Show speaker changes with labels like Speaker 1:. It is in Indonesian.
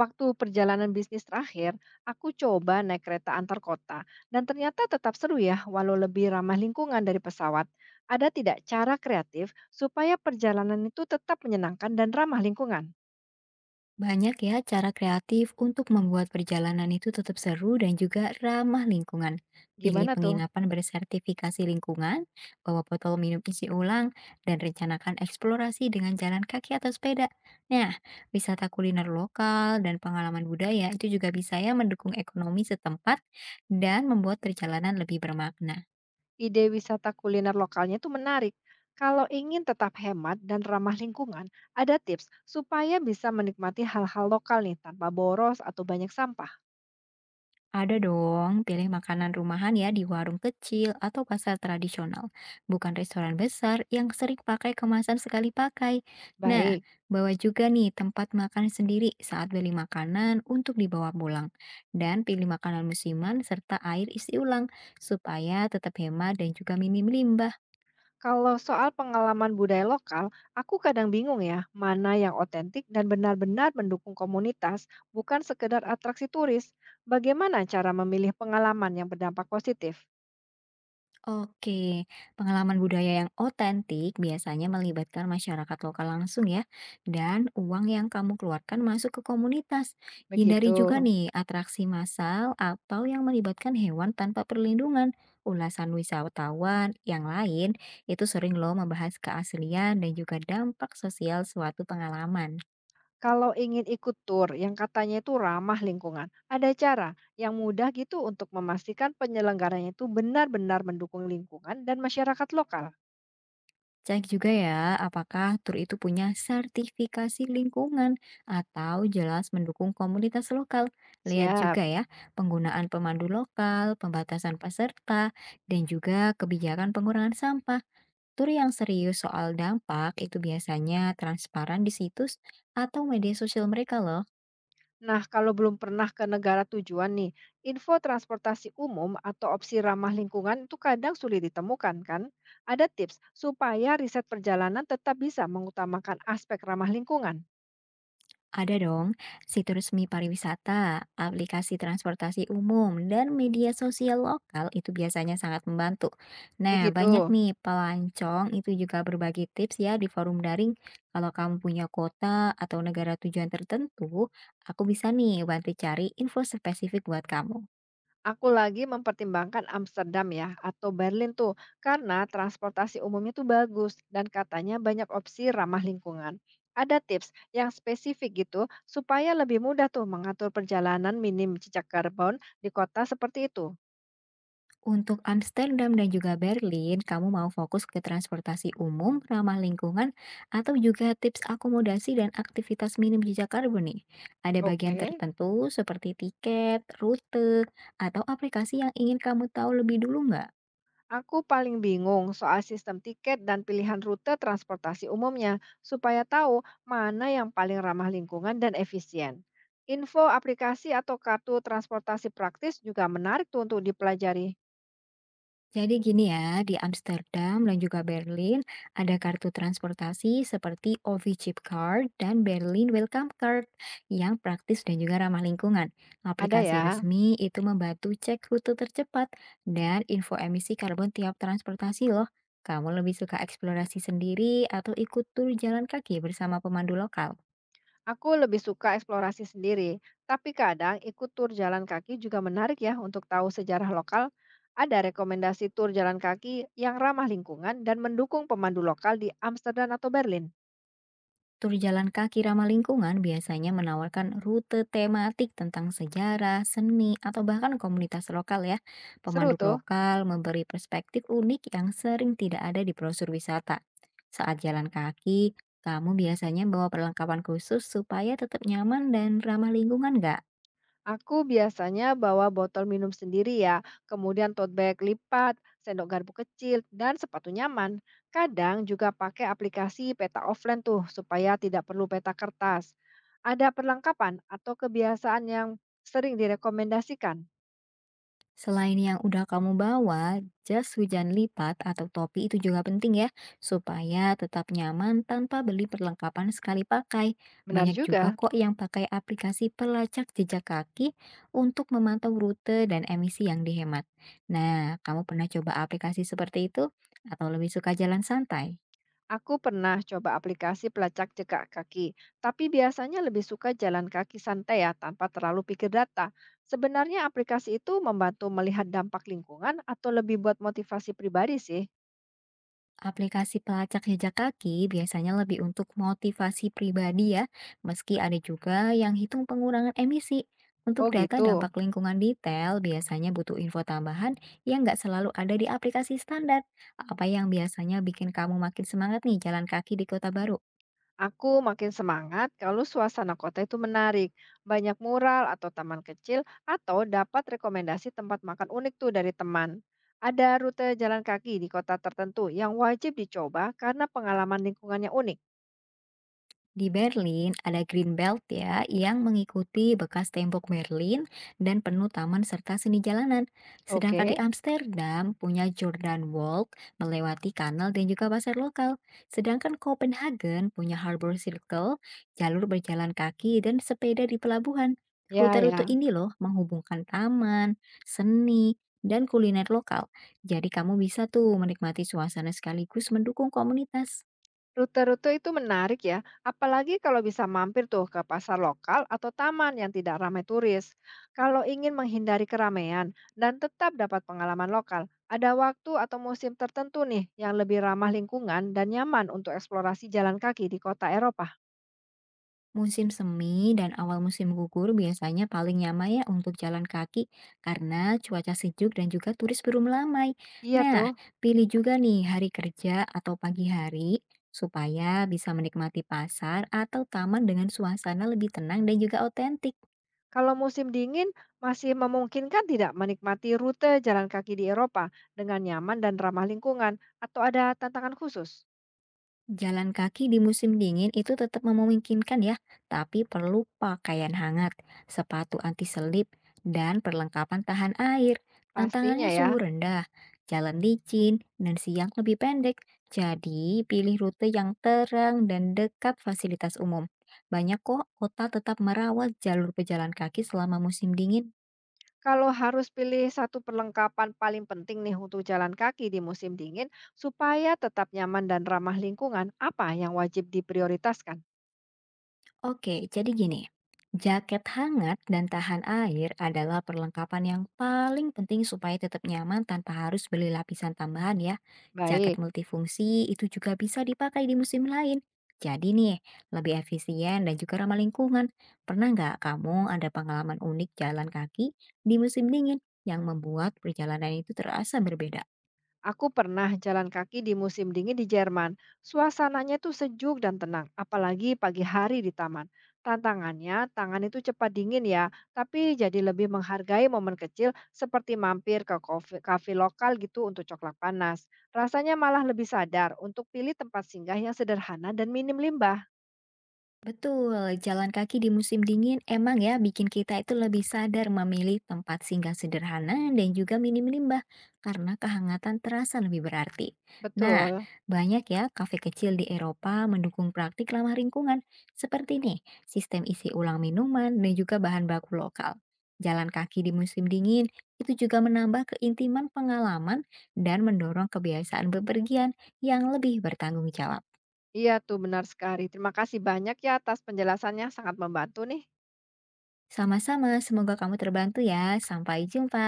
Speaker 1: Waktu perjalanan bisnis terakhir, aku coba naik kereta antar kota dan ternyata tetap seru ya walau lebih ramah lingkungan dari pesawat. Ada tidak cara kreatif supaya perjalanan itu tetap menyenangkan dan ramah lingkungan?
Speaker 2: Banyak ya cara kreatif untuk membuat perjalanan itu tetap seru dan juga ramah lingkungan. Pilih
Speaker 1: Gimana tuh?
Speaker 2: penginapan bersertifikasi lingkungan, bawa botol minum isi ulang, dan rencanakan eksplorasi dengan jalan kaki atau sepeda. Nah, wisata kuliner lokal dan pengalaman budaya itu juga bisa ya mendukung ekonomi setempat dan membuat perjalanan lebih bermakna.
Speaker 1: Ide wisata kuliner lokalnya itu menarik. Kalau ingin tetap hemat dan ramah lingkungan, ada tips supaya bisa menikmati hal-hal lokal nih tanpa boros atau banyak sampah.
Speaker 2: Ada dong, pilih makanan rumahan ya di warung kecil atau pasar tradisional, bukan restoran besar yang sering pakai kemasan sekali pakai. Nah,
Speaker 1: Baik.
Speaker 2: bawa juga nih tempat makan sendiri saat beli makanan untuk dibawa pulang. Dan pilih makanan musiman serta air isi ulang supaya tetap hemat dan juga minim limbah.
Speaker 1: Kalau soal pengalaman budaya lokal, aku kadang bingung ya, mana yang otentik dan benar-benar mendukung komunitas, bukan sekedar atraksi turis. Bagaimana cara memilih pengalaman yang berdampak positif?
Speaker 2: Oke, pengalaman budaya yang otentik biasanya melibatkan masyarakat lokal langsung ya, dan uang yang kamu keluarkan masuk ke komunitas.
Speaker 1: Begitu.
Speaker 2: Hindari juga nih atraksi massal atau yang melibatkan hewan tanpa perlindungan. Ulasan wisatawan yang lain itu sering loh membahas keaslian dan juga dampak sosial suatu pengalaman.
Speaker 1: Kalau ingin ikut tur yang katanya itu ramah lingkungan, ada cara yang mudah gitu untuk memastikan penyelenggaranya itu benar-benar mendukung lingkungan dan masyarakat lokal.
Speaker 2: Cek juga ya, apakah tur itu punya sertifikasi lingkungan atau jelas mendukung komunitas lokal. Lihat
Speaker 1: Siap.
Speaker 2: juga ya, penggunaan pemandu lokal, pembatasan peserta, dan juga kebijakan pengurangan sampah. Tur yang serius soal dampak itu biasanya transparan di situs atau media sosial mereka loh.
Speaker 1: Nah, kalau belum pernah ke negara tujuan nih, info transportasi umum atau opsi ramah lingkungan itu kadang sulit ditemukan kan? Ada tips supaya riset perjalanan tetap bisa mengutamakan aspek ramah lingkungan.
Speaker 2: Ada dong, situs resmi pariwisata, aplikasi transportasi umum, dan media sosial lokal itu biasanya sangat membantu. Nah,
Speaker 1: Begitu.
Speaker 2: banyak nih pelancong itu juga berbagi tips ya di forum daring. Kalau kamu punya kota atau negara tujuan tertentu, aku bisa nih bantu cari info spesifik buat kamu.
Speaker 1: Aku lagi mempertimbangkan Amsterdam ya atau Berlin tuh karena transportasi umumnya tuh bagus dan katanya banyak opsi ramah lingkungan. Ada tips yang spesifik gitu supaya lebih mudah tuh mengatur perjalanan minim jejak karbon di kota seperti itu.
Speaker 2: Untuk Amsterdam dan juga Berlin, kamu mau fokus ke transportasi umum, ramah lingkungan, atau juga tips akomodasi dan aktivitas minim jejak karbon nih? Ada bagian
Speaker 1: Oke.
Speaker 2: tertentu seperti tiket, rute, atau aplikasi yang ingin kamu tahu lebih dulu nggak?
Speaker 1: Aku paling bingung soal sistem tiket dan pilihan rute transportasi umumnya, supaya tahu mana yang paling ramah lingkungan dan efisien. Info aplikasi atau kartu transportasi praktis juga menarik tuh untuk dipelajari.
Speaker 2: Jadi gini ya, di Amsterdam dan juga Berlin ada kartu transportasi seperti OV-Chip Card dan Berlin Welcome Card yang praktis dan juga ramah lingkungan.
Speaker 1: Ada
Speaker 2: Aplikasi
Speaker 1: ya,
Speaker 2: resmi itu membantu cek rute tercepat dan info emisi karbon tiap transportasi loh. Kamu lebih suka eksplorasi sendiri atau ikut tur jalan kaki bersama pemandu lokal?
Speaker 1: aku lebih suka eksplorasi sendiri, tapi kadang ikut tur jalan kaki juga menarik ya untuk tahu sejarah lokal. Ada rekomendasi tur jalan kaki yang ramah lingkungan dan mendukung pemandu lokal di Amsterdam atau Berlin.
Speaker 2: Tur jalan kaki ramah lingkungan biasanya menawarkan rute tematik tentang sejarah, seni, atau bahkan komunitas lokal ya.
Speaker 1: Seru
Speaker 2: Pemandu
Speaker 1: tuh.
Speaker 2: lokal memberi perspektif unik yang sering tidak ada di brosur wisata. Saat jalan kaki, kamu biasanya bawa perlengkapan khusus supaya tetap nyaman dan ramah lingkungan nggak?
Speaker 1: Aku biasanya bawa botol minum sendiri ya, kemudian tote bag lipat, sendok garpu kecil, dan sepatu nyaman. Kadang juga pakai aplikasi peta offline tuh supaya tidak perlu peta kertas. Ada perlengkapan atau kebiasaan yang sering direkomendasikan?
Speaker 2: Selain yang udah kamu bawa, jas hujan lipat atau topi itu juga penting ya, supaya tetap nyaman tanpa beli perlengkapan sekali pakai.
Speaker 1: Benar
Speaker 2: Banyak juga
Speaker 1: juga.
Speaker 2: kok yang pakai aplikasi pelacak jejak kaki untuk memantau rute dan emisi yang dihemat. Nah, kamu pernah coba aplikasi seperti itu atau lebih suka jalan santai?
Speaker 1: Aku pernah coba aplikasi pelacak jejak kaki, tapi biasanya lebih suka jalan kaki santai ya tanpa terlalu pikir data. Sebenarnya aplikasi itu membantu melihat dampak lingkungan atau lebih buat motivasi pribadi sih.
Speaker 2: Aplikasi pelacak jejak kaki biasanya lebih untuk motivasi pribadi ya, meski ada juga yang hitung pengurangan emisi. Untuk
Speaker 1: Oh
Speaker 2: data
Speaker 1: gitu.
Speaker 2: dampak lingkungan detail, biasanya butuh info tambahan yang nggak selalu ada di aplikasi standar. Apa yang biasanya bikin kamu makin semangat nih jalan kaki di kota baru?
Speaker 1: Aku makin semangat kalau suasana kota itu menarik, banyak mural atau taman kecil, atau dapat rekomendasi tempat makan unik tuh dari teman. Ada rute jalan kaki di kota tertentu yang wajib dicoba karena pengalaman lingkungannya unik.
Speaker 2: Di Berlin ada Green Belt ya yang mengikuti bekas tembok Berlin dan penuh taman serta seni jalanan. Sedangkan di
Speaker 1: Oke,
Speaker 2: Amsterdam punya Jordan Walk melewati kanal dan juga pasar lokal. Sedangkan Copenhagen punya Harbor Circle, jalur berjalan kaki dan sepeda di pelabuhan.
Speaker 1: ya
Speaker 2: Rute-rute
Speaker 1: ya.
Speaker 2: ini loh menghubungkan taman, seni, dan kuliner lokal. Jadi kamu bisa tuh menikmati suasana sekaligus mendukung komunitas.
Speaker 1: Rute-rute itu menarik ya, apalagi kalau bisa mampir tuh ke pasar lokal atau taman yang tidak ramai turis. Kalau ingin menghindari keramaian dan tetap dapat pengalaman lokal, ada waktu atau musim tertentu nih yang lebih ramah lingkungan dan nyaman untuk eksplorasi jalan kaki di kota Eropa.
Speaker 2: Musim semi dan awal musim gugur biasanya paling nyaman ya untuk jalan kaki karena cuaca sejuk dan juga turis baru melamai.
Speaker 1: Iya
Speaker 2: Nah,
Speaker 1: tuh,
Speaker 2: pilih juga nih hari kerja atau pagi hari supaya bisa menikmati pasar atau taman dengan suasana lebih tenang dan juga otentik.
Speaker 1: kalau musim dingin masih memungkinkan tidak menikmati rute jalan kaki di Eropa dengan nyaman dan ramah lingkungan atau ada tantangan khusus?
Speaker 2: Jalan kaki di musim dingin itu tetap memungkinkan ya, tapi perlu pakaian hangat, sepatu anti selip, dan perlengkapan tahan air.
Speaker 1: Pastinya
Speaker 2: Tantangannya
Speaker 1: ya.
Speaker 2: suhu rendah, jalan licin, dan siang lebih pendek. Jadi, pilih rute yang terang dan dekat fasilitas umum. Banyak kok kota tetap merawat jalur pejalan kaki selama musim dingin.
Speaker 1: Kalau harus pilih satu perlengkapan paling penting nih untuk jalan kaki di musim dingin, supaya tetap nyaman dan ramah lingkungan, apa yang wajib diprioritaskan?
Speaker 2: Oke, jadi gini. Jaket hangat dan tahan air adalah perlengkapan yang paling penting supaya tetap nyaman tanpa harus beli lapisan tambahan ya. Jaket
Speaker 1: Baik.
Speaker 2: multifungsi itu juga bisa dipakai di musim lain. Jadi nih, lebih efisien dan juga ramah lingkungan. Pernah nggak kamu ada pengalaman unik jalan kaki di musim dingin yang membuat perjalanan itu terasa berbeda?
Speaker 1: Aku pernah jalan kaki di musim dingin di Jerman. Suasananya tuh sejuk dan tenang, apalagi pagi hari di taman. Tantangannya, tangan itu cepat dingin ya, tapi jadi lebih menghargai momen kecil seperti mampir ke kafe lokal gitu untuk coklat panas. Rasanya malah lebih sadar untuk pilih tempat singgah yang sederhana dan minim limbah.
Speaker 2: Betul, jalan kaki di musim dingin emang ya bikin kita itu lebih sadar memilih tempat singgah sederhana dan juga minim limbah karena kehangatan terasa lebih berarti. Nah,
Speaker 1: Betul.
Speaker 2: banyak ya kafe kecil di Eropa mendukung praktik ramah lingkungan seperti nih, sistem isi ulang minuman dan juga bahan baku lokal. Jalan kaki di musim dingin itu juga menambah keintiman pengalaman dan mendorong kebiasaan bepergian yang lebih bertanggung jawab.
Speaker 1: Iya tuh benar sekali. Terima kasih banyak ya atas penjelasannya, sangat membantu nih.
Speaker 2: Sama-sama, semoga kamu terbantu ya. Sampai jumpa.